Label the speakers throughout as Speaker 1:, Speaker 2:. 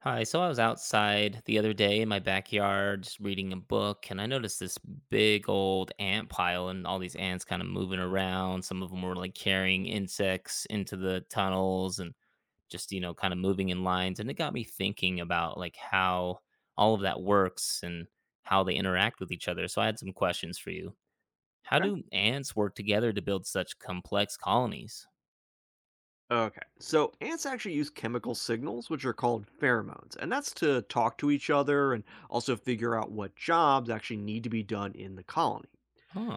Speaker 1: Hi, so I was outside the other day in my backyard just reading a book, and I noticed this big old ant pile and all these ants kind of moving around. Some of them were like carrying insects into the tunnels and just, kind of moving in lines. And it got me thinking about like how all of that works and how they interact with each other. So I had some questions for you. How
Speaker 2: Okay.
Speaker 1: do ants work together to build such complex colonies?
Speaker 2: Okay. So ants actually use chemical signals, which are called pheromones, and that's to talk to each other and also figure out what jobs actually need to be done in the colony.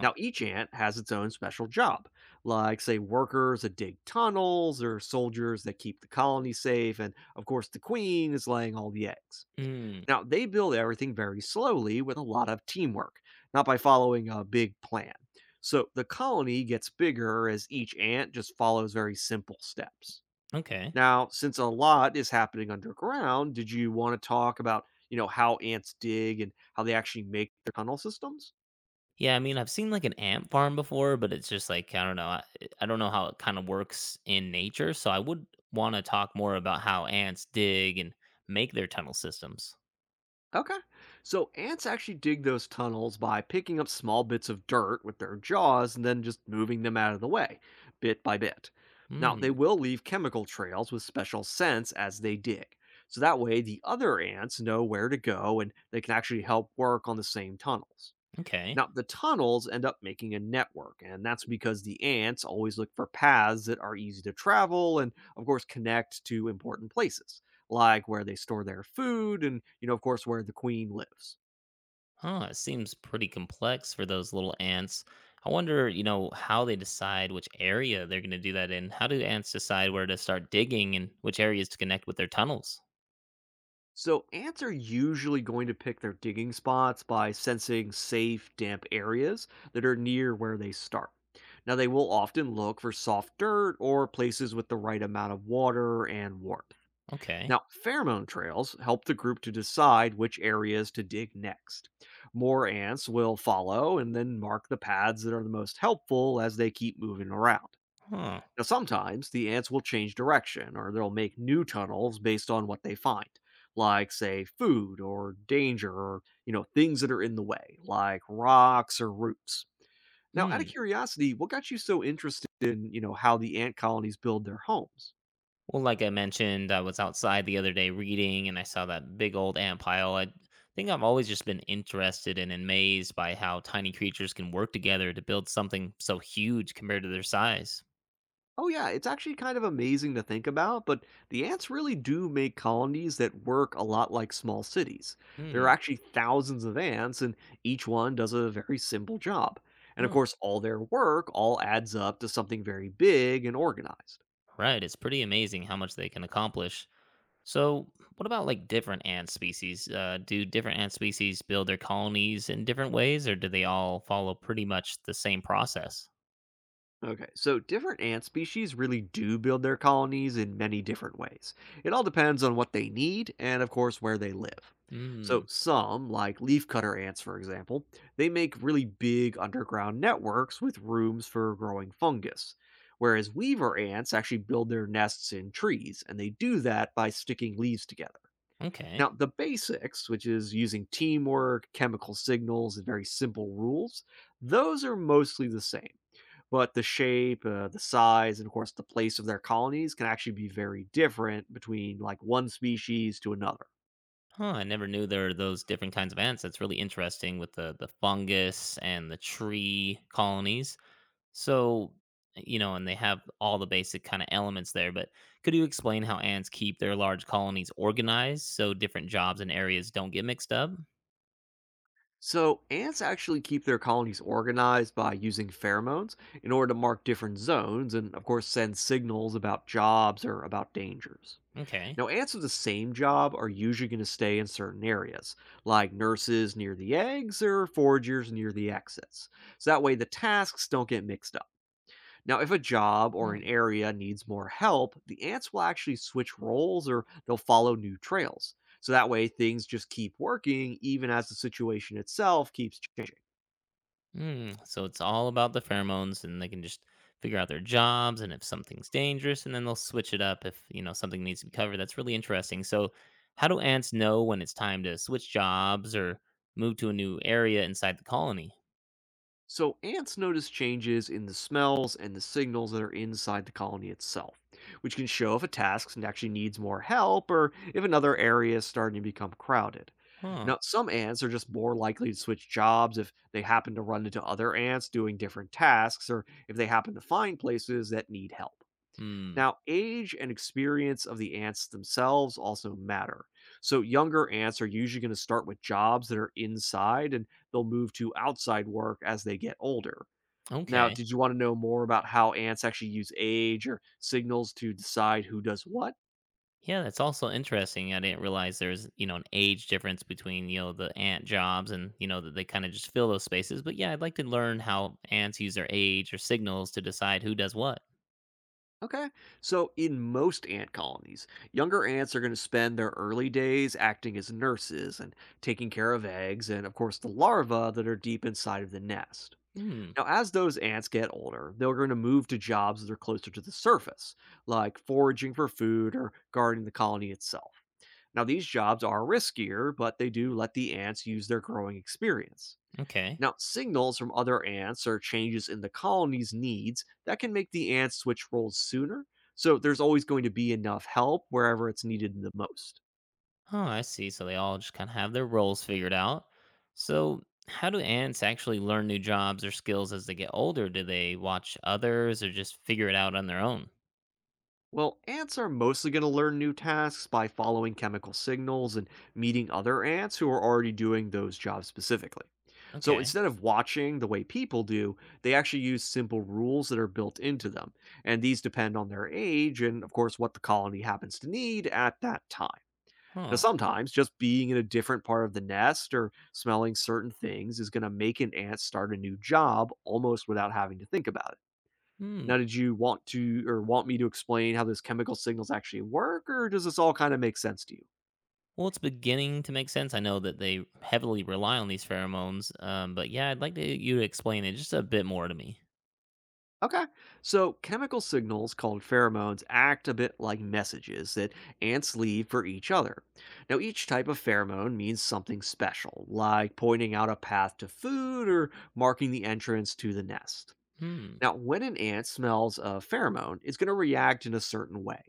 Speaker 2: Now, each ant has its own special job, like, say, workers that dig tunnels or soldiers that keep the colony safe. And of course, the queen is laying all the eggs.
Speaker 1: Mm,
Speaker 2: Now, they build everything very slowly with a lot of teamwork, not by following a big plan. So the colony gets bigger as each ant just follows very simple steps.
Speaker 1: okay.
Speaker 2: Now, since a lot is happening underground, did you want to talk about, how ants dig and how they actually make their tunnel systems?
Speaker 1: Yeah, I mean, I've seen like an ant farm before, but it's just like I don't know. I don't know how it kind of works in nature, so I would want to talk more about how ants dig and make their tunnel systems.
Speaker 2: Okay. So ants actually dig those tunnels by picking up small bits of dirt with their jaws and then just moving them out of the way, bit by bit. Now, they
Speaker 1: Hmm.
Speaker 2: will leave chemical trails with special scents as they dig. So that way, the other ants know where to go and they can actually help work on the same tunnels.
Speaker 1: Okay.
Speaker 2: Now, the tunnels end up making a network, and that's because the ants always look for paths that are easy to travel and, of course, connect to important places, like where they store their food and, of course, where the queen lives.
Speaker 1: Huh. It seems pretty complex for those little ants. I wonder, how they decide which area they're going to do that in. How do ants decide where to start digging and which areas to connect with their tunnels?
Speaker 2: So, ants are usually going to pick their digging spots by sensing safe, damp areas that are near where they start. Now, they will often look for soft dirt or places with the right amount of water and warmth.
Speaker 1: Okay.
Speaker 2: Now, pheromone trails help the group to decide which areas to dig next. More ants will follow and then mark the paths that are the most helpful as they keep moving around.
Speaker 1: Huh.
Speaker 2: Now, sometimes the ants will change direction or they'll make new tunnels based on what they find, like, say, food or danger or, things that are in the way, like rocks or roots. Now, out of
Speaker 1: Hmm.
Speaker 2: curiosity, what got you so interested in, how the ant colonies build their homes?
Speaker 1: Well, like I mentioned, I was outside the other day reading and I saw that big old ant pile. I think I've always just been interested and amazed by how tiny creatures can work together to build something so huge compared to their size.
Speaker 2: Oh, yeah, it's actually kind of amazing to think about, but the ants really do make colonies that work a lot like small cities. There are
Speaker 1: Hmm.
Speaker 2: actually thousands of ants, and each one does a very simple job. And of
Speaker 1: Oh,
Speaker 2: course, all their work all adds up to something very big and organized.
Speaker 1: right. It's pretty amazing how much they can accomplish. So, what about like different ant species? Do different ant species build their colonies in different ways, or do they all follow pretty much the same process?
Speaker 2: Okay, so different ant species really do build their colonies in many different ways. It all depends on what they need and, of course, where they live. So,
Speaker 1: Hmm.
Speaker 2: some, like leafcutter ants, for example, they make really big underground networks with rooms for growing fungus. Whereas weaver ants actually build their nests in trees, and they do that by sticking leaves together. Now,
Speaker 1: Okay.
Speaker 2: the basics, which is using teamwork, chemical signals, and very simple rules, those are mostly the same. But the shape, the size, and of course the place of their colonies can actually be very different between like one species to another.
Speaker 1: Huh, I never knew there are those different kinds of ants. That's really interesting with the fungus and the tree colonies. So, and they have all the basic kind of elements there, but could you explain how ants keep their large colonies organized so different jobs and areas don't get mixed up?
Speaker 2: So, ants actually keep their colonies organized by using pheromones in order to mark different zones and, of course, send signals about jobs or about dangers.
Speaker 1: Okay.
Speaker 2: Now, ants with the same job are usually going to stay in certain areas, like nurses near the eggs or foragers near the exits. So that way the tasks don't get mixed up. Now, if a job or an
Speaker 1: Hmm.
Speaker 2: area needs more help, the ants will actually switch roles or they'll follow new trails. So that way things just keep working even as the situation itself keeps changing.
Speaker 1: Mm, so it's all about the pheromones, and they can just figure out their jobs and if something's dangerous, and then they'll switch it up if something needs to be covered. That's really interesting. So, how do ants know when it's time to switch jobs or move to a new area inside the colony?
Speaker 2: So, ants notice changes in the smells and the signals that are inside the colony itself, which can show if a task actually needs more help or if another area is starting to become crowded.
Speaker 1: Huh.
Speaker 2: Now, some ants are just more likely to switch jobs if they happen to run into other ants doing different tasks or if they happen to find places that need help.
Speaker 1: Hmm.
Speaker 2: Now, age and experience of the ants themselves also matter. So, younger ants are usually going to start with jobs that are inside and they'll move to outside work as they get older. Now,
Speaker 1: Okay.
Speaker 2: did you want to know more about how ants actually use age or signals to decide who does what?
Speaker 1: Yeah, that's also interesting. I didn't realize there's an age difference between the ant jobs and that they kind of just fill those spaces. But yeah, I'd like to learn how ants use their age or signals to decide who does what.
Speaker 2: Okay. So, in most ant colonies, younger ants are going to spend their early days acting as nurses and taking care of eggs and, of course, the larvae that are deep inside of the nest.
Speaker 1: Hmm.
Speaker 2: Now, as those ants get older, they're going to move to jobs that are closer to the surface, like foraging for food or guarding the colony itself. Now, these jobs are riskier, but they do let the ants use their growing experience.
Speaker 1: Okay.
Speaker 2: Now, signals from other ants or changes in the colony's needs that can make the ants switch roles sooner, so there's always going to be enough help wherever it's needed the most.
Speaker 1: Oh, I see. So they all just kind of have their roles figured out. So, how do ants actually learn new jobs or skills as they get older? Do they watch others or just figure it out on their own?
Speaker 2: Well, ants are mostly going to learn new tasks by following chemical signals and meeting other ants who are already doing those jobs specifically. So
Speaker 1: Okay.
Speaker 2: instead of watching the way people do, they actually use simple rules that are built into them. And these depend on their age and, of course, what the colony happens to need at that time. Now,
Speaker 1: Huh.
Speaker 2: sometimes just being in a different part of the nest or smelling certain things is going to make an ant start a new job almost without having to think about it. Now,
Speaker 1: Hmm.
Speaker 2: did you want to or want me to explain how those chemical signals actually work, or does this all kind of make sense to you?
Speaker 1: Well, it's beginning to make sense. I know that they heavily rely on these pheromones, but yeah, I'd like to, you to explain it just a bit more to me.
Speaker 2: Okay, so chemical signals called pheromones act a bit like messages that ants leave for each other. Now, each type of pheromone means something special, like pointing out a path to food or marking the entrance to the nest.
Speaker 1: Hmm.
Speaker 2: Now, when an ant smells a pheromone, it's going to react in a certain way.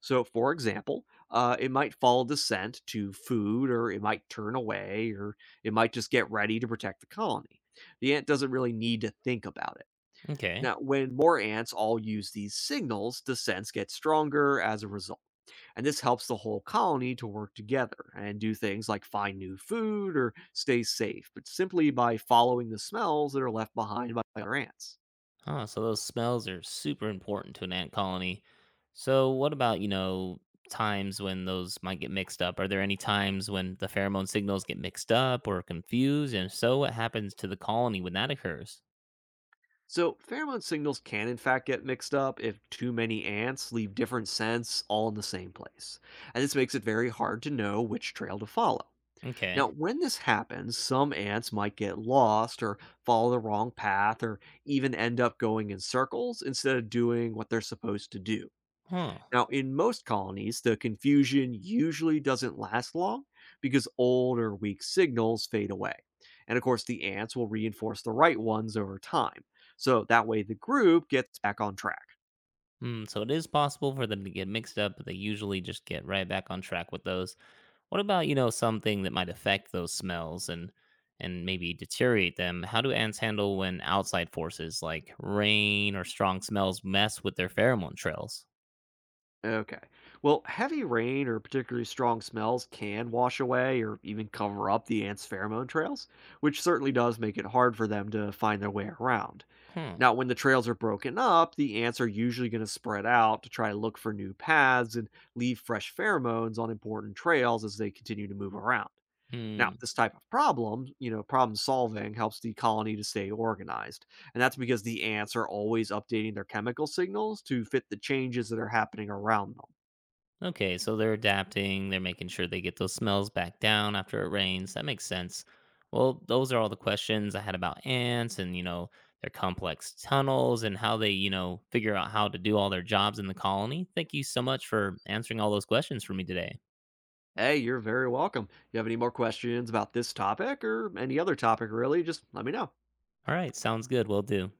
Speaker 2: So, for example, it might follow the scent to food, or it might turn away, or it might just get ready to protect the colony. The ant doesn't really need to think about it.
Speaker 1: Okay.
Speaker 2: Now, when more ants all use these signals, the scents get stronger as a result. And this helps the whole colony to work together and do things like find new food or stay safe, but simply by following the smells that are left behind by other ants.
Speaker 1: Huh, so those smells are super important to an ant colony. So what about, times when those might get mixed up? Are there any times when the pheromone signals get mixed up or confused? And if so, what happens to the colony when that occurs?
Speaker 2: So, pheromone signals can in fact get mixed up if too many ants leave different scents all in the same place. And this makes it very hard to know which trail to follow. Now,
Speaker 1: Okay.
Speaker 2: when this happens, some ants might get lost or follow the wrong path or even end up going in circles instead of doing what they're supposed to do.
Speaker 1: Huh.
Speaker 2: Now, in most colonies, the confusion usually doesn't last long because old or weak signals fade away. And of course, the ants will reinforce the right ones over time. So that way the group gets back on track.
Speaker 1: Hmm, so it is possible for them to get mixed up, but they usually just get right back on track with those. What about, something that might affect those smells and maybe deteriorate them? How do ants handle when outside forces like rain or strong smells mess with their pheromone trails?
Speaker 2: Okay. Well, heavy rain or particularly strong smells can wash away or even cover up the ants' pheromone trails, which certainly does make it hard for them to find their way around.
Speaker 1: Hmm.
Speaker 2: Now, when the trails are broken up, the ants are usually going to spread out to try to look for new paths and leave fresh pheromones on important trails as they continue to move around. Now,
Speaker 1: Hmm.
Speaker 2: this type of problem solving helps the colony to stay organized. And that's because the ants are always updating their chemical signals to fit the changes that are happening around them.
Speaker 1: Okay, so they're adapting, they're making sure they get those smells back down after it rains. That makes sense. Well, those are all the questions I had about ants and, their complex tunnels and how they, figure out how to do all their jobs in the colony. Thank you so much for answering all those questions for me today.
Speaker 2: Hey, you're very welcome. You have any more questions about this topic or any other topic, really? Just let me know.
Speaker 1: All right, sounds good. Will do.